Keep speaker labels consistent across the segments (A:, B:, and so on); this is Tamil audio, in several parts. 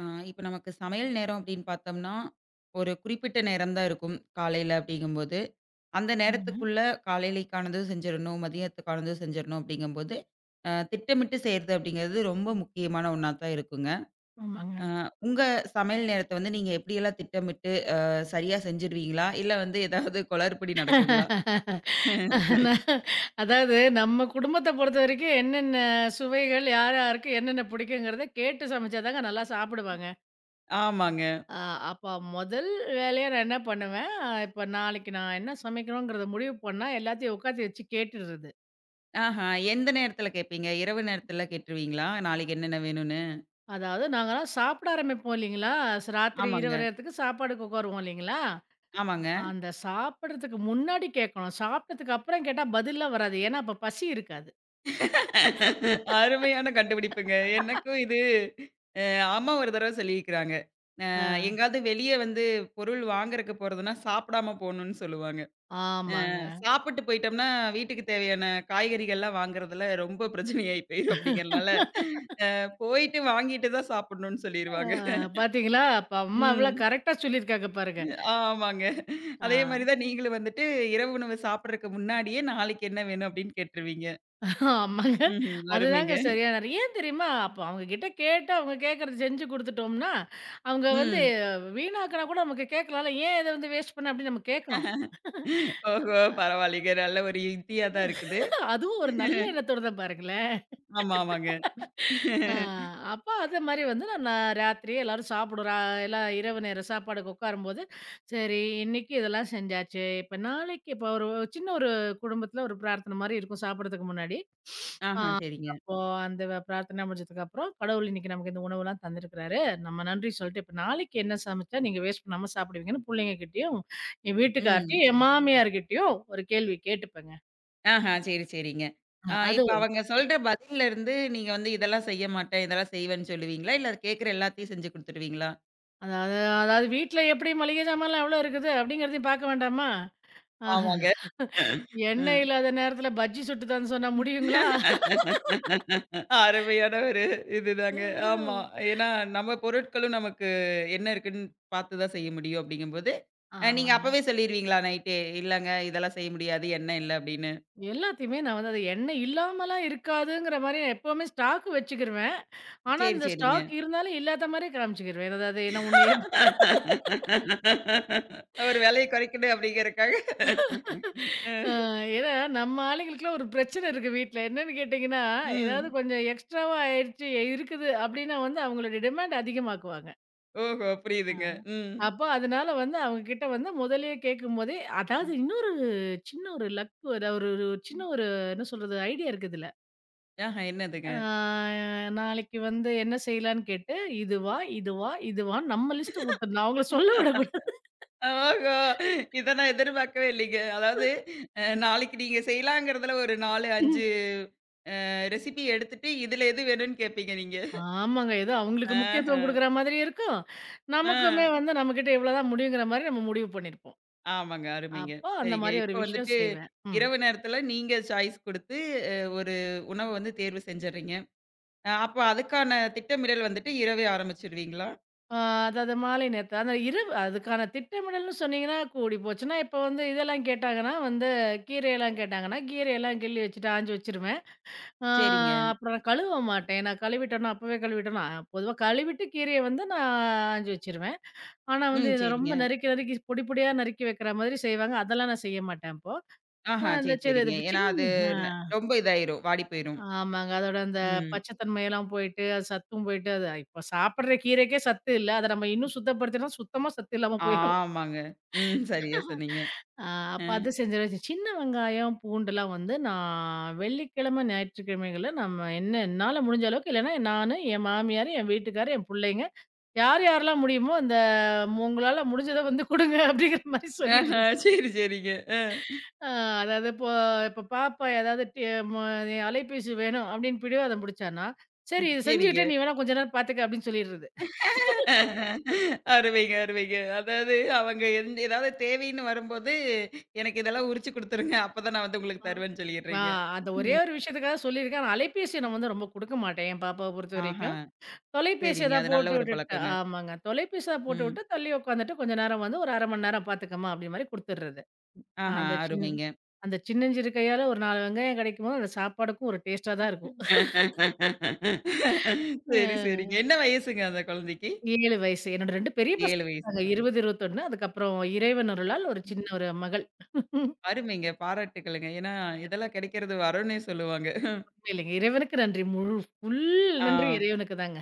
A: ஆ, இப்ப நமக்கு சமையல் நேரம் அப்படின்னு பார்த்தோம்னா, ஒரு குறிப்பிட்ட நேரம் தான் இருக்கும் காலையில அப்படிங்கும்போது, அந்த
B: ஆமாங்க,
A: நேரத்துக்குள்ள காலையிலக்கானதும் செஞ்சிரணும், மதியத்துக்கானதும் செஞ்சிரணும் அப்படிங்கும்போது, திட்டமிட்டு செய்றது அப்படிங்கிறது ரொம்ப முக்கியமான ஒண்ணா தான் இருக்குங்க.
B: ஆமாங்க.
A: அ உங்க சமையல் நேரத்த வந்து நீங்க எப்படியெல்லாம் திட்டமிட்டு சரியா செஞ்சுருவீங்களா? இல்ல வந்து ஏதாவது குளறுபடி நடக்குங்களா?
B: நான் அதாவது நம்ம குடும்பத்த பொறுத்தவரைக்கும் என்னென்ன சுவைகள் யார் யாருக்கு என்னென்ன பிடிக்குங்கிறத கேட்டு சமைச்சா தாங்க நல்லா சாப்பிடுவாங்க.
A: ஆமாங்க.
B: அ அப்ப முதல் வேலையா நான் என்ன பண்ணுவேன், இப்ப நாளைக்கு நான் என்ன சமைக்கிறோங்கிறத முடிவு பண்ணா எல்லாத்தையும் உட்காத்தி வச்சு கேட்டுடுறது.
A: ஆஹா. எந்த நேரத்துல கேட்பீங்க? இரவு நேரத்துல கேட்டுருவீங்களா? நாளைக்கு என்னென்ன வேணும்னு?
B: அதாவது நாங்கலாம் சாப்பிட ஆரம்பிப்போம் இல்லைங்களா? ஸ் ராத்திரி இரவு
A: ஆமாங்க.
B: நேரத்துக்கு சாப்பாடுக்கு உட்காருவோம் இல்லைங்களா?
A: ஆமாங்க.
B: அந்த சாப்பிடுறதுக்கு முன்னாடி கேட்கணும். சாப்பிட்டதுக்கு அப்புறம் கேட்டா பதில்லாம் வராது. ஏன்னா அப்ப பசி இருக்காது.
A: அருமையான கண்டுபிடிப்புங்க. எனக்கும் இது அ அம்மா ஒரு தடவ சொல்லியிருக்கிறாங்க.
B: அ
A: எங்கேயாவது வெளிய வந்து பொருள் வாங்குறக்கு போறதுன்னா, சாப்பிடாம போணும்னு சொல்லுவாங்க.
B: ஆமாங்க.
A: சாப்பிட்டு போயிட்டோம்னா, வீட்டுக்கு தேவையான காய்கறிகள்லாம் வாங்குறதுல ரொம்ப பிரச்சனையாயி போயிரும் அப்படிங்கிறனால, போயிட்டு வாங்கிட்டு தான் சாப்பிடணும்னு
B: ஆ
A: சொல்லிருவாங்க.
B: பாத்தீங்களா? அப்ப அம்மா எவ்வளோ
A: ம்.
B: கரெக்ட்டா சொல்லியிருக்காங்க பாருங்க.
A: ஆமாங்க.
B: ஆ
A: அதே மாரி தான் நீங்களும் வந்துட்டு இரவு உணவு சாப்பிடுறக்கு முன்னாடியே, நாளைக்கு என்ன வேணும் அப்படின்னு கேட்டுருவீங்க.
B: ஆமாங்க.
A: ம்ஹ்ம்.
B: அதுதாங்க
A: அருமைங்க.
B: சரியான நேரம். ஏன் தெரியுமா? அப்ப அவங்க கிட்ட கேட்டு அவங்க கேட்கறத செஞ்சு குடுத்துட்டோம்னா, அவங்க வந்து
A: ம்.
B: வீணாக்குனா கூட நமக்கு கேட்கலாம்ல. ஏன் இத வந்து வேஸ்ட் பண்ண அப்படின்னு நம்ம கேட்கணும்.
A: ஓஹோ! பரவாயில்லைங்க. நல்ல ஒரு யுக்தியா தான் இருக்குது.
B: அதுவும் ஒரு நல்ல எண்ணத்தோட தான் பாருங்களேன்.
A: ஆமா, ஆமாங்க.
B: ஆ, அப்ப அது மாரி வந்து நான் ராத்திரியே எல்லாரும் சாப்பிடுறோம். எல்லாம் இரவு நேர சாப்பாடுக்கு உட்காரும்போது, சரி இன்னைக்கு இதெல்லாம் செஞ்சாச்சு. இப்ப நாளைக்கு இப்ப ஒரு சின்ன ஒரு குடும்பத்தில ஒரு பிரார்த்தனை மாரி இருக்கும் சாப்பிடுறதுக்கு முன்னாடி. ஆ
A: ஆஹா, சரிங்க.
B: அப்போ அந்த பிரார்த்தனை முடிஞ்சதுக்கப்புறம், கடவுள் இன்னைக்கு நமக்கு இந்த உணவுலாம் தந்திருக்கிறாரு. நம்ம நன்றி சொல்லிட்டு, இப்ப நாளைக்கு என்ன சமைச்சா நீங்க வேஸ்ட் பண்ணாம சாப்பிடுவீங்கன்னு புள்ளைங்ககிட்டயும், என்
A: ம்.
B: வீட்டுக்கார்ட்டயும், என் மாமியார்கிட்டயும் ஒரு கேள்வி கேட்டுப்பேங்க.
A: ஆஹா, சரி, சரிங்க. ஆ
B: அது
A: இப்ப அவங்க சொல்ற பதில்ல இருந்து நீங்க வந்து இதெல்லாம் செய்ய மாட்டேன், இதெல்லாம் செய்வேன்னு சொல்லுவீங்களா? இல்ல கேட்கிற எல்லாத்தையும் செஞ்சு குடுத்துருவீங்களா?
B: அதாவது அதாவது வீட்ல எப்படி மளிகை சாமான்லாம் எவ்வளோ இருக்குது அப்படிங்கிறதையும் பார்க்க வேண்டாமா? ஆஹா.
A: ஆமாங்க.
B: எண்ணெய்
A: ம்.
B: இல்லாத நேரத்துல பஜ்ஜி சுட்டுதான்னு சொன்னா முடியுங்களா?
A: அருமையான ஒரு இதுதாங்க. ஆமா. ஏன்னா நம்ம பொருட்களும் நமக்கு என்ன இருக்குன்னு பார்த்து தான் செய்ய முடியும் அப்படிங்கும்போது, நீங்க
B: ஆமாங்க.
A: அப்பவே சொல்லிருவீங்களா நைட்டே? இல்லங்க இதெல்லாம் செய்ய முடியாது, எண்ணெய் இல்ல அப்படின்னு.
B: எல்லாத்தையுமே நான் வந்து அது எண்ணெய் இல்லாமலாம் இருக்காதுங்கிற மாரி எப்பவுமே ஸ்டாக் வச்சுக்கிருவேன். ஆனா,
A: சரி,
B: அந்த
A: சரிங்க.
B: ஸ்டாக் இருந்தாலும் இல்லாத மாரி காமிச்சுக்கிருவேன். அதாவது ஏன்னா உன்னையே.
A: அவரு விலைய குறைக்கணும் அப்படிங்கிறக்காக. அ.
B: அ ஏன்னா நம்ம ஆளுங்களுக்குலாம் ஒரு பிரச்சனை இருக்கு வீட்ல. என்னன்னு கேட்டீங்கன்னா, ஏதாவது
A: ம்.
B: கொஞ்சம் எக்ஸ்ட்ராவா ஆயிடுச்சு இருக்குது அப்டின்னா வந்து அவங்களுடைய டிமாண்ட் அதிகமாக்குவாங்க.
A: ஓஹோ!
B: ஆ.
A: புரியுதுங்க. ம்.
B: அப்ப அதனால வந்து அவங்க கிட்ட வந்து முதல்லயே கேட்கும்போதே அதாவது
A: ம்.
B: இன்னொரு சின்ன ஒரு லக் அத ஒரு ஒரு சின்ன ஒரு என்ன சொல்றது ஐடியா இருக்கு இதுல.
A: ஆஹா என்னதுங்க?
B: ஆ நாளைக்கு வந்து என்ன செய்யலான்னு கேட்டு, இதுவா, இதுவா, இதுவான்னு நம்ம லிஸ்ட் குடுத்துடணும். அவங்கள சொல்ல விடக்கூடாது.
A: ஓஹோ! இத நான் எதிர்பார்க்கவே இல்லைங்க. அதாவது நாளைக்கு நீங்க செய்யலாங்கிறதுல ஒரு 4, 5 ரெசிபி எடுத்துட்டு, இதுல எது வேணும்னு கேட்பீங்க நீங்க.
B: ஆமாங்க. ஏதோ அவங்களுக்கு
A: ஆஹ.
B: முக்கியத்துவம் குடுக்குற மாதிரி இருக்கும்.
A: ஆ.
B: நமக்குமே வந்து நம்மகிட்ட இவ்வளோதான் முடியுங்கிற மாரி நம்ம முடிவு பண்ணியிருப்போம்.
A: ஆமாங்க. அருமைங்க.
B: அப்போ அந்த
A: சரிங்க.
B: மாரி
A: இப்ப
B: ஒரு விஷயம்
A: வந்துட்டு
B: செய்வேன். ம்.
A: இரவு நேரத்துல நீங்க சாய்ஸ் குடுத்து, ஒரு உணவ வந்து தேர்வு செஞ்சர்றீங்க. அப்ப அதுக்கான திட்டமிடல் வந்துட்டு இரவே ஆரம்பிச்சுருவீங்களா?
B: ஆ, அதாவது மாலை நேரத்து. அந்த இரவு அதுக்கான திட்டமிடல்னு சொன்னீங்கன்னா, கூடி போச்சுன்னா, இப்ப வந்து இதெல்லாம் கேட்டாங்கன்னா வந்து கீரையெல்லாம் கேட்டாங்கன்னா, கீரையெல்லாம் கிள்ளி வச்சுட்டு ஆஞ்சு வச்சுருவேன். ஆ
A: சரிங்க.
B: அப்புறம் நான் கழுவ மாட்டேன். அப்பவே கழுவிட்டோன்னா, பொதுவா கழுவிட்டு கீரைய வந்து நான் ஆஞ்சு வச்சுருவேன். ஆனா வந்து
A: ம்.
B: இத ரொம்ப
A: சரிங்க.
B: நறுக்கி நறுக்கி பொடி பொடியா நறுக்கி வைக்கிற மாதிரி செய்வாங்க. அதெல்லாம் நான் செய்ய மாட்டேன் அப்போ. ஆ
A: ஆஹா.
B: இந்த
A: சரி,
B: சி-
A: சரிங்க.
B: இது
A: ஏன்னா அது
B: சின்ன.
A: ந ரொம்ப இதாயிரும். வாடி போயிரும்.
B: ஆமாங்க. அதோட அந்த
A: ம்.
B: பச்சத்தன்மையெல்லாம் போயிட்டு, அது சத்தும் போயிட்டு, அது இப்ப சாப்பிடுற கீரைக்கே சத்து இல்ல. அத நம்ம இன்னும் சுத்தப்படுத்தினா சுத்தமா சத்து இல்லாம போயிரும்.
A: ஆமாங்க. ம். சரியா சொன்னீங்க.
B: அ
A: அ.
B: அப்ப அது செஞ்சுருவேன். சின்ன வெங்காயம், பூண்டுலாம் வந்து நான் வெள்ளிக்கிழமை, ஞாயிற்றுக்கிழமைகள்ல நம்ம என்ன என்னால முடிஞ்ச அளவுக்கு இல்லன்னா நானு, என் மாமியாரு, என் வீட்டுக்காரு, என் புள்ளைங்க யார் யாரெல்லாம் முடியுமோ அந்த உங்களால முடிஞ்சத வந்து குடுங்க அப்படிங்கிற மாரி
A: ஆஹா.
B: சொல்லிடுறது.
A: சரி, சரிங்க. அ.
B: ஆ, அதாவது இப்போ இப்போ பாப்பா ஏதாவது ம- அலைபேசி வேணும் அப்படின்னு பிடிவாதம் பிடிச்சானா சரி இது
A: சரிங்க.
B: செஞ்சுக்கிட்டே நீ வேணா கொஞ்ச நேரம் பாத்துக்க அப்படின்னு சொல்லிடுறது.
A: அருமைங்க, அருமைங்க. அதாவது அவங்க எந்த ஏதாவது தேவைன்னு வரும்போது, எனக்கு இதெல்லாம் உரிச்சு குடுத்துருங்க. அப்பதான் நான் வந்து
B: ஆ,
A: உங்களுக்கு தருவேன்னு
B: ஆ,
A: சொல்லிடுறீங்க.
B: அந்த ஒரே
A: ம்.
B: ஒரு விஷயத்துக்காக சொல்லியிருக்கேன் ஆனா, அலைபேசி நான் வந்து ரொம்ப கொடுக்க மாட்டேன் என் பாப்பாவை பொறுத்த
A: ஆஹா.
B: வரைக்கும். தொலைபேசி
A: சரிங்க.
B: ஏதாவது
A: அது நல்ல
B: போட்டு
A: ஒரு
B: விட்டுட்டு
A: பழக்கங்க.
B: ஆமாங்க தொலைபேசி ஏதாவது போட்டு
A: ம்.
B: விட்டு தள்ளி உட்காந்துட்டு கொஞ்ச நேரம் வந்து ஒரு அரை மணி நேரம் பாத்துக்கமா அப்படி மாதிரி கொடுத்துடுறது. ஆ,
A: ஆஹா.
B: அந்த சின்
A: அருமைங்க.
B: அந்த சின்னஞ்சிறு கையால ஒரு 4 வெங்காயம் கிடைக்கும் போது அந்த சாப்பாடுக்கும் ஒரு டேஸ்டா தான் இருக்கும்.
A: சரி, சரிங்க. என்ன வயசுங்க அந்த குழந்தைக்கு?
B: 7 வயசு. என்னோட 2 பெரிய பசங்க
A: 7
B: இருக்காங்க.
A: வயசுல.
B: 20, 21 அதுக்கப்புறம் இறைவன் அருளால் ஒரு சின்ன ஒரு மகள்.
A: அருமைங்க. பாராட்டுக்கள்ங்க. ஏன்னா, இதெல்லாம் கிடைக்கிறது வரம்னே சொல்லுவாங்க.
B: உண்மையிலேங்க. இறைவனுக்கு நன்றி. முழு ஃபுல்
A: ஆ,
B: நன்றி இறைவனுக்கு தாங்க.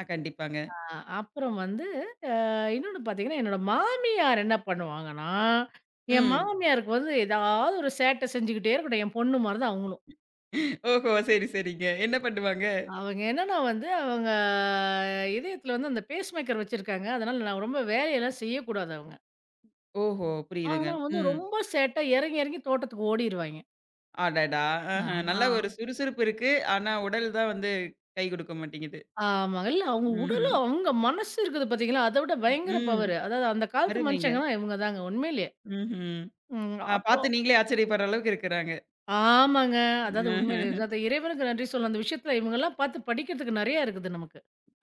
A: கண்டிப்பாங்க.
B: அ அப்புறம் வந்து அ இன்னொன்னு பார்த்தீங்கன்னா, என்னோட மாமியார் என்ன பண்ணுவாங்கன்னா, என்
A: ம்.
B: மாமியாருக்கு வந்து ஏதாவது ஒரு சேட்ட செஞ்சுக்கிட்டே இருக்கட்டும். என் பொண்ணு மாரி தான் அவங்களும்.
A: ஓஹோ! சரி, சரிங்க. என்ன பண்ணுவாங்க?
B: அவங்க என்னன்னா வந்து அவங்க இதயத்தில வந்து அந்த பேஸ்மேக்கர் வச்சிருக்காங்க. அதனால நான் ரொம்ப வேலையெல்லாம் செய்யக்கூடாது அவங்க.
A: ஓஹோ! புரியுதுங்க.
B: ஆனா வந்து
A: ம்.
B: ரொம்ப சேட்டா இறங்கி இறங்கி தோட்டத்துக்கு ஓடிருவாய்ங்க.
A: அடடா! ஆஹ. நல்ல
B: ஆ.
A: ஒரு சுறுசுறுப்பு இருக்கு. ஆனா, உடல் தான் வந்து கை குடுக்க மாட்டேங்குது.
B: ஆமாங்க. இல்ல அவங்க உடலும்,
A: ம்ஹ்ம்.
B: அவங்க மனசு இருக்குது பார்த்தீங்களா, அத விட பயங்கர
A: ம்.
B: பவரு. அதாவது அந்த காலத்து
A: அருமைங்க.
B: மனுஷங்கன்னா இவங்க தாங்க உண்மையிலேயே.
A: ம்ஹ்ம்.
B: ம். அப்போ
A: பார்த்து நீங்களே ஆச்சரியப்படுற அளவுக்கு இருக்குறாங்க.
B: ஆமாங்க. அதாவது உண்மையிலேயே.
A: ஆஹ.
B: அதாவது இறைவனுக்கு நன்றி சொல்ல அந்த விஷயத்துல இவங்கலாம் பார்த்து படிக்கிறதுக்கு நெறைய இருக்குது நமக்கு.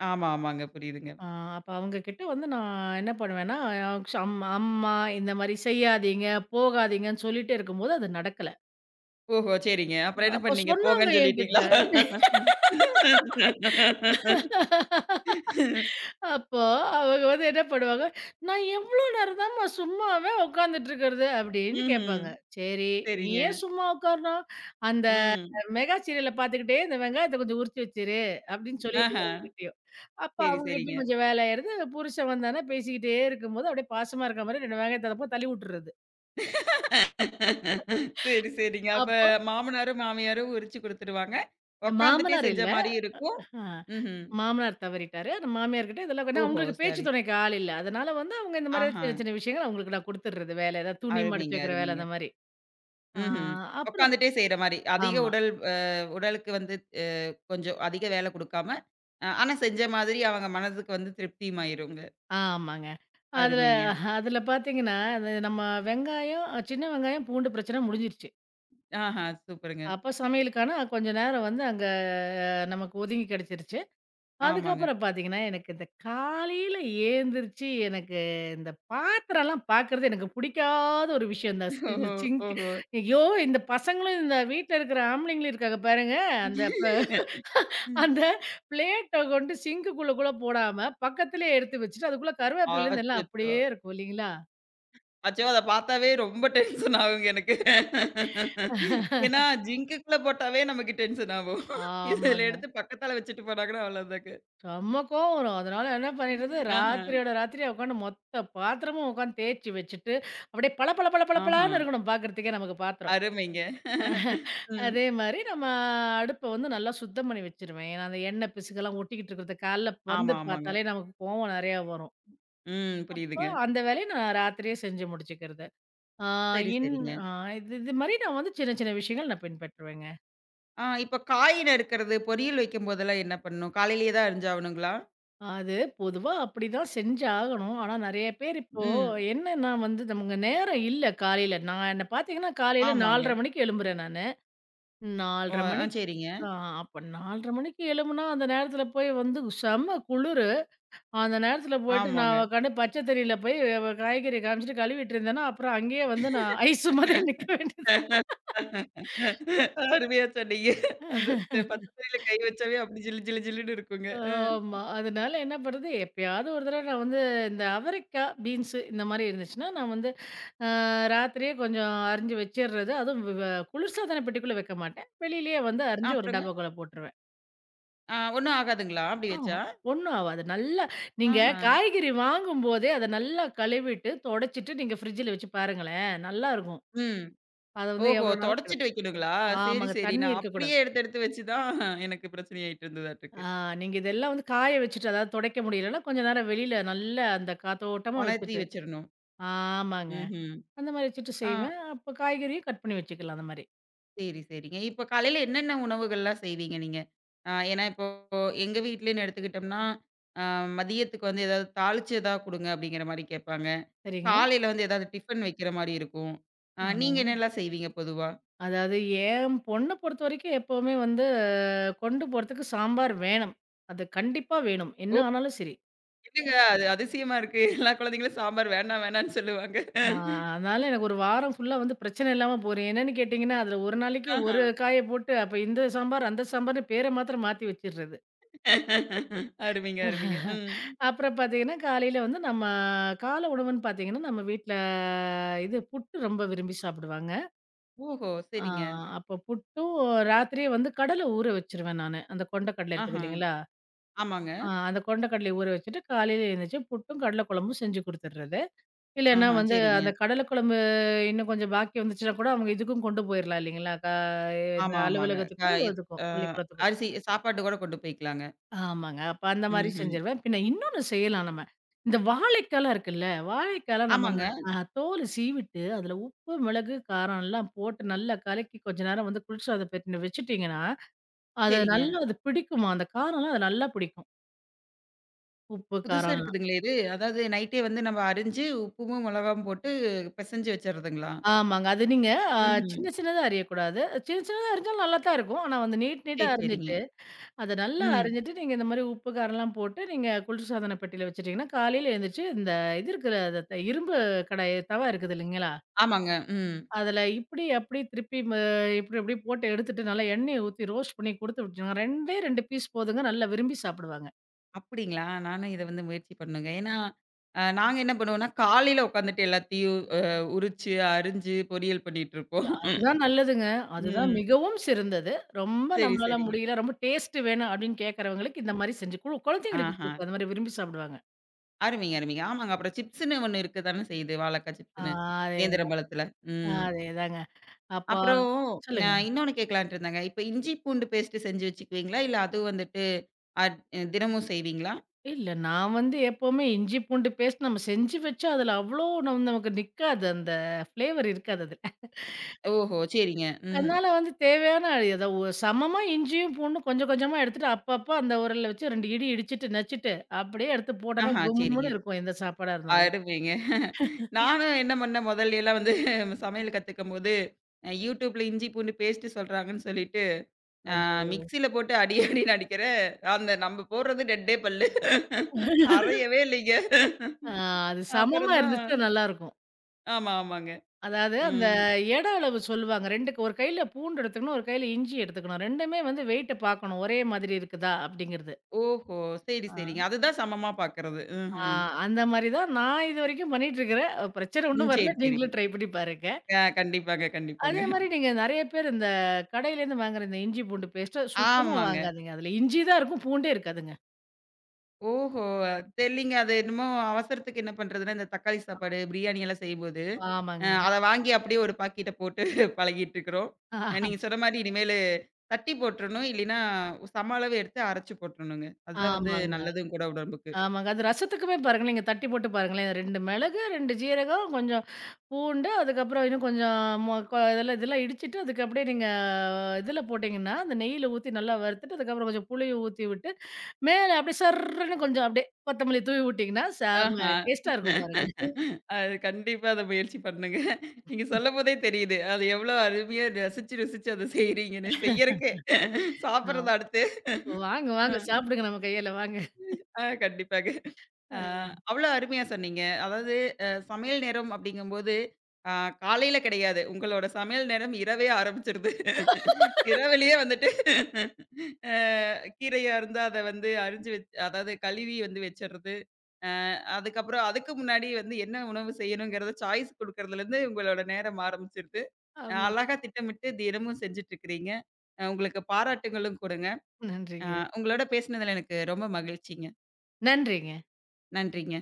A: ஆமா, ஆமாங்க. புரியுதுங்க.
B: ஆ அப்ப அவங்க கிட்ட வந்து நான் என்ன பண்ணுவேன்னா, அம்மா அம்மா இந்த மாரி செய்யாதீங்க, போகாதீங்கன்னு சொல்லிட்டே இருக்கும்போது அது நடக்கல.
A: ஓஹோ! சரிங்க. அப்புறம் என்ன
B: அப்போ
A: பண்ணீங்க?
B: சொன்னாங்க
A: போங்கன்னு
B: என்கிட்ட.
A: சொல்லிட்டீங்களா?
B: அப்போ அவங்க வந்து என்ன பண்ணுவாங்க, "நான் எவ்ளோ நேரம் தாம்மா சும்மாவே உட்காந்துட்டு இருக்கிறது?" அப்படின்னு
A: ம்ஹ்ம்.
B: கேட்பாங்க. சரி, "நீ
A: சரிங்க.
B: ஏன் சும்மா உட்காரணும்? அந்த
A: ம்.
B: மெகா சீரியல பார்த்துக்கிட்டே இந்த வெங்காயத்த கொஞ்சம் உரிச்சு வச்சிரு" அப்படின்னு
A: ஆஹா.
B: சொல்லிடுவேன் அவங்ககிட்டயும். அப்ப
A: சரி, சரிங்க.
B: அவங்ககிட்டயும் கொஞ்சம் வேலை ஆயிருது. புருஷன் வந்தான்னா பேசிக்கிட்டே இருக்கும்போது அப்படியே பாசமா இருக்க மாரி 2 வெங்காயத்த அப்ப தள்ளி விட்டுறது.
A: சரி, சரிங்க. அப்ப
B: அப்போ
A: மாமனாரும், மாமியாரும் உரிச்சு குடுத்துருவாங்க. உட்காந்துட்டே
B: மாமனார்
A: செஞ்ச
B: இல்ல.
A: மாரி இருக்கும்.
B: ஆ.
A: ம்ஹ்ம்.
B: மாமனார் தவறிட்டாரு. அந்த மாமியார்கிட்ட இதெல்லாம் கொஞ்சம்
A: ஓஹோ!
B: அவங்களுக்கு பேச்சு
A: சரி.
B: துணைக்கு ஆள் இல்ல. அதனால வந்து அவங்க இந்த மாரி
A: ஆஹா.
B: சின்ன சின்ன விஷயங்கள் அவங்களுக்கு நான் குடுத்துடுறது வேல. ஏதாவது துணி மடிச்சு
A: அருமைங்க,
B: வைக்கிற வேல
A: அருமைங்க.
B: அந்த மாரி. ஆ
A: ம்ஹ்ம்.
B: அப்புறம்
A: உட்காந்துட்டே செய்ற மாரி. அதிக
B: ஆமா.
A: உடல் உடலுக்கு வந்து அ கொஞ்சம் அதிக வேலை குடுக்காம, ஆனா செஞ்ச மாதிரி அவங்க மனதுக்கு வந்து திருப்தியுமாயிரும்.
B: ஆமாங்க. அதுல
A: அருமைங்க.
B: அதுல பார்த்தீங்கன்னா, அது நம்ம வெங்காயம் சின்ன வெங்காயம், பூண்டு பிரச்சனை முடிஞ்சிருச்சு.
A: ஆஹா, சூப்பருங்க.
B: அப்ப சமையலுக்கான கொஞ்ச நேரம் வந்து அங்க நமக்கு ஒதுங்கி கிடைச்சிருச்சு.
A: ஆமாங்க.
B: அதுக்கப்புறம் பார்த்தீங்கன்னா, எனக்கு இந்த காலையில ஏந்திரிச்சு எனக்கு இந்த பாத்திரம்லாம் பார்க்கறது எனக்கு பிடிக்காத ஒரு விஷயம் தான்.
A: ஓஹோ!
B: இந்த சிங்க்.
A: ஓஹோ!
B: ஐயோ! இந்த பசங்களும் இந்த வீட்ல இருக்கிற ஆம்பளைங்களும் இருக்காங்க பாருங்க. அந்த ப
A: ம்.
B: அந்த பிளேட்ட கொண்டு சிங்க்குக்குள்ள கூட போடாம பக்கத்திலேயே எடுத்து வச்சுட்டு அதுக்குள்ள கருவேப்பிலருந்து எல்லாம்
A: அச்சச்சோ!
B: அப்படியே இருக்கும் இல்லைங்களா?
A: அச்சோ! அத பார்த்தாவே ரொம்ப டென்ஷன் ஆகுங்க எனக்கு. ஏன்னா, ஜிங்குக்குள்ள போட்டாவே நமக்கு டென்ஷன் ஆகும். இதுல
B: ஆமாங்க.
A: எடுத்து பக்கத்தால வச்சுட்டு போனாங்கன்னா அவ்வளோதாங்க.
B: செம்ம கோவம் வரும். அதனால என்ன பண்ணிடுறது,
A: ஆஹா,
B: ராத்திரியோட ராத்திரியா உட்காந்து மொத்த பாத்திரமும் உட்காந்து தேய்ச்சு வச்சுட்டு, அப்படியே பளபள
A: ஆஹா.
B: பளபளன்னு இருக்கணும் பார்க்கறதுக்கே நமக்கு பாத்திரம்.
A: அருமைங்க.
B: அஹ்,
A: ம்.
B: அதே மாரி நம்ம அடுப்ப வந்து நல்லா சுத்தம் பண்ணி வச்சுருவேன். ஏன்னா, அந்த எண்ணெய் பிசுக்கெல்லாம் ஒட்டிக்கிட்டு இருக்கிறத காலைல
A: ஆமா,
B: வந்து
A: ஆமாங்க.
B: பார்த்தாலே நமக்கு கோவம் நெறையா வரும்.
A: ம்.
B: அப்போ
A: புரியுதுங்க.
B: அந்த வேலைய நான் ராத்திரியே செஞ்சு முடிச்சுக்கிறது. ஆ
A: சரி,
B: இன்
A: சரிங்க.
B: ஆ இது இது மாரி நான் வந்து சின்ன சின்ன விஷயங்கள் நான் பின்பற்றுவேங்க.
A: ஆ இப்ப காய் நறுக்கிறது, பொரியல் வைக்கும்போதெல்லாம் என்ன பண்ணணும்? காலையிலேயே தான் அரிஞ்சாகணுங்களா?
B: அது பொதுவா அப்படிதான் செஞ்சு ஆகணும். ஆனா நெறைய பேர் இப்போ
A: ம்.
B: என்னன்னா வந்து நமக்கு நேரம் இல்ல காலையில. நான் என்ன பார்த்தீங்கன்னா காலையில
A: ஆமாங்க.
B: 4:30 மணிக்கு எழும்புறேன் நானு.
A: ஓ!
B: 4:30
A: ஆ
B: மணிக்கு.
A: சரிங்க.
B: ஆ அப்ப 4:30 மணிக்கு எழும்புனா அந்த நேரத்தில போய் வந்து செம குளிரு. அந்த நேரத்துல போயிட்டு
A: ஆமாங்க.
B: நான் உக்காந்து பச்சை தண்ணியில போய் காய்கறிய காமிச்சுட்டு கழுவிட்டு இருந்தேன்னா, அப்புறம் அங்கேயே வந்து நான் ஐஸ் மாதிரி நிக்க வேண்டியது.
A: அருமையா சொன்னீங்க. அந்த த பச்சத்தண்ணில கை வச்சாவே அப்படி ஜிலு ஜிலு ஜிலுன்னு இருக்குங்க. அ.
B: ஆமா. அதனால என்ன பண்றது, எப்பயாவது ஒரு தடவ நான் வந்து இந்த அவரைக்கா, பீன்ஸு இந்த மாரி இருந்துச்சுன்னா, நான் வந்து அ ராத்திரியே கொஞ்சம் அரிஞ்சு வச்சிர்றது. அதுவும் வ வ- குளிர்சாதன பெட்டிக்குள்ள வைக்க மாட்டேன். வெளியிலேயே வந்து அரிஞ்சு ஒரு
A: அப்புறங்க?
B: டப்பாக்குள்ள போட்டுருவேன்.
A: ஆ ஒண்ணும் ஆகாதுங்களா? அப்படி
B: ஆமா.
A: வச்சா?
B: ஒண்ணும் ஆவாது. நல்லா நீங்க
A: ஆஹா.
B: காய்கறி வாங்கும்போதே அத நல்லா கழுவிட்டு, தொடச்சிட்டு நீங்க ஃப்ரிட்ஜில வச்சு பாருங்களேன். நல்லா இருக்கும்.
A: ம்.
B: அது வந்து
A: ஓஹோ!
B: எவ்வளோ நாளும் கெட.
A: தொடச்சிட்டு வைக்கணுங்களா? சரி,
B: ஆமாங்க.
A: சரி.
B: தண்ணி
A: நான் அப்படியே
B: இருக்கக்கூடாது.
A: எடுத்து எடுத்து வச்சு தான் எனக்கு பிரச்சனை ஆயிட்டு இருந்ததாட்டுருக்கு.
B: ஆ நீங்க இதெல்லாம் வந்து காய வச்சுட்டு, அதாவது தொடைக்க முடியலன்னா, கொஞ்ச நேரம் வெளியில நல்லா அந்த காத்தோட்டமா
A: உணர்த்தி
B: வச்சுட்டு.
A: வச்சிரணும்.
B: ஆமாங்க.
A: ம்ஹ்ம்.
B: அந்த மாரி வச்சுட்டு
A: ஆ.
B: செய்வேன். அப்ப காய்கறியும் கட் பண்ணி வச்சுக்கலாம் அந்த மாரி.
A: சரி, சரிங்க. இப்ப காலையில என்னென்ன உணவுகள்லாம் செய்வீங்க நீங்க? ஏன்னா இப்போ எங்க வீட்லன்னு எடுத்துக்கிட்டோம்னா, அ மதியத்துக்கு வந்து ஏதாவது தாளிச்சு ஏதாவது குடுங்க அப்படிங்கிற மாரி கேட்பாங்க.
B: சரிங்க.
A: காலையில வந்து ஏதாவது டிஃபன் வைக்கிற மாரி இருக்கும். நீங்க
B: ஆமாங்க.
A: என்னலாம் செய்வீங்க பொதுவா?
B: அதாவது என் பொண்ண பொறுத்தவரைக்கும் எப்பவுமே வந்து கொண்டு போறதுக்கு சாம்பார் வேணும். அது கண்டிப்பா வேணும். என்ன
A: ஓ!
B: ஆனாலும் சரி.
A: என்னங்க அது அதிசயமா இருக்கு. எல்லா குழந்தைங்களும் சாம்பார் வேண்டாம் வேணான்னு சொல்லுவாங்க.
B: ஆ அதனால எனக்கு ஒரு வாரம் ஃபுல்லா வந்து பிரச்சனை இல்லாம போறேன். என்னன்னு கேட்டீங்கன்னா, அதுல ஒரு நாளைக்கு
A: ஆஹா.
B: ஒரு காய போட்டு, அப்ப இந்த சாம்பார், அந்த சாம்பார்ன்னு பேர மாத்திரம் மாத்தி வச்சுர்றது.
A: அருமைங்க, அருமைங்க. ம்.
B: அப்புறம் பார்த்தீங்கன்னா, காலையில வந்து நம்ம காலை உணவுன்னு பார்த்தீங்கன்னா, நம்ம வீட்ல இது புட்டு ரொம்ப விரும்பி சாப்பிடுவாங்க.
A: ஓஹோ!
B: ஆ
A: சரிங்க.
B: அப்போ புட்டும் ராத்திரியே வந்து கடலை ஊற வச்சுருவேன் நானு. அந்த கொண்ட கடலை இருக்குது
A: ஆஹா.
B: இல்லைங்களா?
A: ஆமாங்க.
B: அந்த கொண்ட கடலைய ஊற வச்சுட்டு, காலையில எழுந்திரிச்சு புட்டும், கடலை குழம்பும் செஞ்சு குடுத்துடுறது. இல்லன்னா
A: ஆஹா.
B: வந்து
A: சரிங்க.
B: அந்த கடலை குழம்பு இன்னும் கொஞ்சம் பாக்கி வந்துச்சுன்னா கூட, அவங்க இதுக்கும் கொண்டு போயிரலாம் இல்லைங்களா? இந்த
A: ஆமா, ஆமாங்க. க
B: அலுவலகத்துக்கும், இதுக்கும்
A: அ
B: பள்ளிக்கூடத்துக்கும்.
A: அரிசி சாப்பாட்டு கூட கொண்டு போய்க்கலாங்க.
B: ஆமாங்க. அப்ப அந்த மாரி
A: ம்ஹ்ம்.
B: செஞ்சுருவேன். பின்ன இன்னொன்னு செய்யலாம் நம்ம. இந்த வாழைக்காலாம் இருக்குல்ல, வாழைக்கால நம்ம
A: ஆமாங்க.
B: ந அ தோல சீவிட்டு, அதுல உப்பு, மிளகு, காரம்லாம் போட்டு நல்லா கலக்கி கொஞ்ச நேரம் வந்து குளிர்சாத பெட்டில வச்சுட்டீங்கன்னா, அது
A: சரிங்க.
B: நல்லா அது பிடிக்குமாம். அந்த காரம்லாம் அது நல்லா பிடிக்கும். உப்பு,
A: புதுசா
B: காரம்லாம்.
A: இருக்குதுங்களே இது. அதாவது நைட்டே வந்து நம்ம அரிஞ்சு உப்புமும், மிளகாவும் போட்டு பெசஞ்சு வச்சறதுங்களா?
B: ஆமாங்க. அது நீங்க அ
A: ம்ஹ்ம்.
B: சின்ன சின்னதா அரியக்கூடாது. சின்ன சின்னதா அரிஞ்சாலும் நல்லா தான் இருக்கும். ஆனா வந்து நீட்டா
A: சரி, சரிங்க.
B: அரிஞ்சிட்டு அத நல்லா ம்.
A: ம்.
B: அரிஞ்சிட்டு, நீங்க இந்த மாரி உப்பு, காரம்லாம் போட்டு, நீங்க குளிர்சாதன பெட்டியில வச்சுட்டீங்கன்னா, காலையில எழுந்திரிச்சு இந்த இது இருக்கிற அந்த இரும்பு கடாய் தவா இருக்குது இல்லைங்களா?
A: ஆமாங்க. ம்.
B: அதில இப்படி, அப்படி திருப்பி இப்படி, அப்படி போட்டு எடுத்துட்டு, நல்லா எண்ணெய ஊத்தி ரோஸ்ட் பண்ணி குடுத்து விட்டோங்க. 2டே 2 பீஸ் போதுங்க. நல்லா விரும்பி சாப்பிடுவாங்க.
A: அப்படிங்களா? நானும் இத வந்து முயற்சி பண்ணுங்க. ஏன்னா, நாங்க என்ன பண்ணுவோம்னா, காலையில உட்காந்துட்டு எல்லாத்தையும் உரிச்சு, அரிஞ்சு பொரியல் பண்ணிட்டுருப்போம்.
B: அதுதான் நல்லதுங்க. அதுதான்
A: ம்.
B: மிகவும் சிறந்தது. ரொம்ப
A: சரி,
B: நம்மளால
A: சரிங்க.
B: முடியல, ரொம்ப டேஸ்ட் வேணும் அப்படின்னு கேட்கறவங்களுக்கு இந்த மாரி செஞ்சு குழந்தைங்களுக்கு
A: ஆஹா.
B: குடுக்கலாம். அந்த மாரி விரும்பி சாப்பிடுவாங்க.
A: அருமைங்க, அருமைங்க. ஆமாங்க. அப்புறம் சிப்ஸ்ன்னு ஒண்ணு இருக்க தானே செய்யுது. வாழக்கா
B: ஆ
A: சிப்ஸ்ன்னு. நேந்திரம்
B: அதேதான்,
A: பழத்துல. ம்.
B: அதேதாங்க. அப்போ
A: அப்புறம்
B: சொல்லுங்க.
A: நான் இன்னொன்னு கேட்கலான்ட்டு இருந்தேங்க. இப்ப இஞ்சி பூண்டு பேஸ்ட் செஞ்சு வச்சுக்குவீங்களா? இல்ல அது வந்துட்டு அட் தினமும் செய்வீங்களா?
B: இல்ல. நான் வந்து எப்பவுமே இஞ்சி, பூண்டு பேஸ்ட் நம்ம செஞ்சு வச்சா, அதுல அவ்ளோ நமக்கு நிக்காது. அந்த ஃப்ளேவர் இருக்காது அதுல.
A: ஓஹோ! சரிங்க. ம்.
B: அதனால வந்து தேவையான ஏதோ சமமா இஞ்சியும், பூண்டும் கொஞ்சம் கொஞ்சமா எடுத்துட்டு, அப்பப்ப அந்த உரல்ல வச்சு 2 இடி இடிச்சுட்டு, நச்சுட்டு, அப்படியே எடுத்து போட்டோன்னா
A: ஆஹா, சரிங்க.
B: கும்முன்னு இருக்கும் எந்த சாப்பாடா இருந்தாலும்.
A: அருமைங்க. நானும் என்ன பண்ணேன் முதல்லேலாம் வந்து சமையல் கத்துக்கும்போது, YouTubeல இஞ்சி பூண்டு பேஸ்ட் சொல்றாங்கன்னு சொல்லிட்டு, அ
B: ஐயோ!
A: மிக்ஸியில போட்டு அடி அடின்னு அடிக்கிறேன். அந்த நம்ம போடுறது ரெட்டே பல்லு. அரையவே இல்லைங்க.
B: ஆ அது சமமா
A: அப்புறம் தான்
B: இருந்துச்சுன்னா நல்லாருக்கும்.
A: ஆமா, ஆமாங்க.
B: அதாவது அந்த
A: ம்.
B: எட அளவு சொல்லுவாங்க. 2க்கு ஒரு கையில பூண்டு எடுத்துக்கணும், ஒரு கையில இஞ்சி எடுத்துக்கணும். 2மே வந்து வெயிட்ட பார்க்கணும். ஒரே மாதிரி இருக்குதா? அப்படிங்கிறது.
A: ஓஹோ! சரி,
B: ஆ.
A: சரிங்க. அதுதான் சமமா பார்க்கறது.
B: ஆ
A: ம்ஹ்ம்.
B: அந்த மாரி தான் நான் இதுவரைக்கும் பண்ணிட்டுருக்கிறேன். பிரச்சனை
A: ம்.
B: ஒண்ணும் வரல.
A: சரி, சரிங்க.
B: நீங்களும் ட்ரை பண்ணி பாருங்க.
A: ஆ கண்டிப்பாங்க, கண்டிப்பாங்க.
B: அதே மாரி நீங்க நெறைய பேர் இந்த கடையிலேருந்து வாங்குற இந்த இஞ்சி பூண்டு பேஸ்ட்ட சுத்தமா
A: ஆமாங்க.
B: வாங்காதீங்க. அதுல இஞ்சி தான் இருக்கும். பூண்டே இருக்காதுங்க.
A: ஓஹோ! தெரிலீங்க. அது என்னமோ அவசரத்துக்கு என்ன பண்றதுன்னா, இந்த தக்காளி சாப்பாடு, பிரியாணி எல்லாம் செய்யும்போது,
B: ஆமாங்க.
A: அத வாங்கி அப்படியே ஒரு பாக்கெட்ட போட்டு பழகிட்டு இருக்கிறோம். நீங்க சொன்ன மாரி இனிமேலு தட்டி போட்டுறணும். இல்லைன்னா சம அளவு எடுத்து அரைச்சு போட்டுறணுங்க. அதுதான் வந்து
B: ஆமாங்க,
A: நல்லதும் கூட உடம்புக்கு.
B: ஆமாங்க. அது ரசத்துக்குமே பாருங்களேன், நீங்க தட்டி போட்டு பாருங்களேன். 2 மிளகு, 2 ஜீரகம், கொஞ்சம் பூண்டு, அதுக்கப்புறம் இன்னும் கொஞ்சம் மொ கொ இதெல்லாம் இதெல்லாம் இடிச்சுட்டு, அதுக்கு அப்படியே நீங்க இதுல போட்டீங்கன்னா, அந்த நெய்யில ஊத்தி நல்லா வறுத்துட்டு, அதுக்கப்புறம் கொஞ்சம் புளிய ஊத்தி விட்டு மேல அப்படியே சர்ருன்னு கொஞ்சம் அப்படியே கொத்தமல்லி தூவி விட்டீங்கன்னா, செம
A: ஆஹா.
B: டேஸ்ட்டா இருக்கும் பாருங்க.
A: அது கண்டிப்பா அத முயற்சி பண்ணுங்க. நீங்க சொல்லும்போதே தெரியுது. அது எவ்வளோ அருமையா ரசிச்சு, ருசிச்சு அத செய்றீங்கன்னு. செய்யறக்கே.
B: ஆ.
A: சாப்பிடுறது அடுத்து.
B: வாங்க,
A: ஆ.
B: வாங்க சாப்பிடுங்க நம்ம கையால வாங்க.
A: ஆ கண்டிப்பாங்க. ஆ அவ்வளோ அருமையா சொன்னீங்க. அதாவது சமையல் நேரம் அப்படிங்கும்போது, ஆ காலையில கிடையாது. உங்களோட சமையல் நேரம் இரவே ஆரம்பிச்சிருது. இரவிலேயே வந்துட்டு அ கீரையா இருந்தா அத வந்து அரிஞ்சு வச்சு அதாவது கழுவி வந்து வச்சுறது. அ அதுக்கப்புறம் அதுக்கு முன்னாடி வந்து என்ன உணவு செய்யணுங்கிறத சாய்ஸ் குடுக்கறதுலேருந்து உங்களோட நேரம் ஆரம்பிச்சிருது.
B: ஆமா.
A: அழகா திட்டமிட்டு தினமும் செஞ்சுட்டு இருக்கிறீங்க. உங்களுக்கு பாராட்டுகளும் கூடங்க. அ
B: நன்றிங்க.
A: உங்களோட பேசினதுல எனக்கு ரொம்ப மகிழ்ச்சிங்க.
B: நன்றிங்க.
A: நன்றிங்க.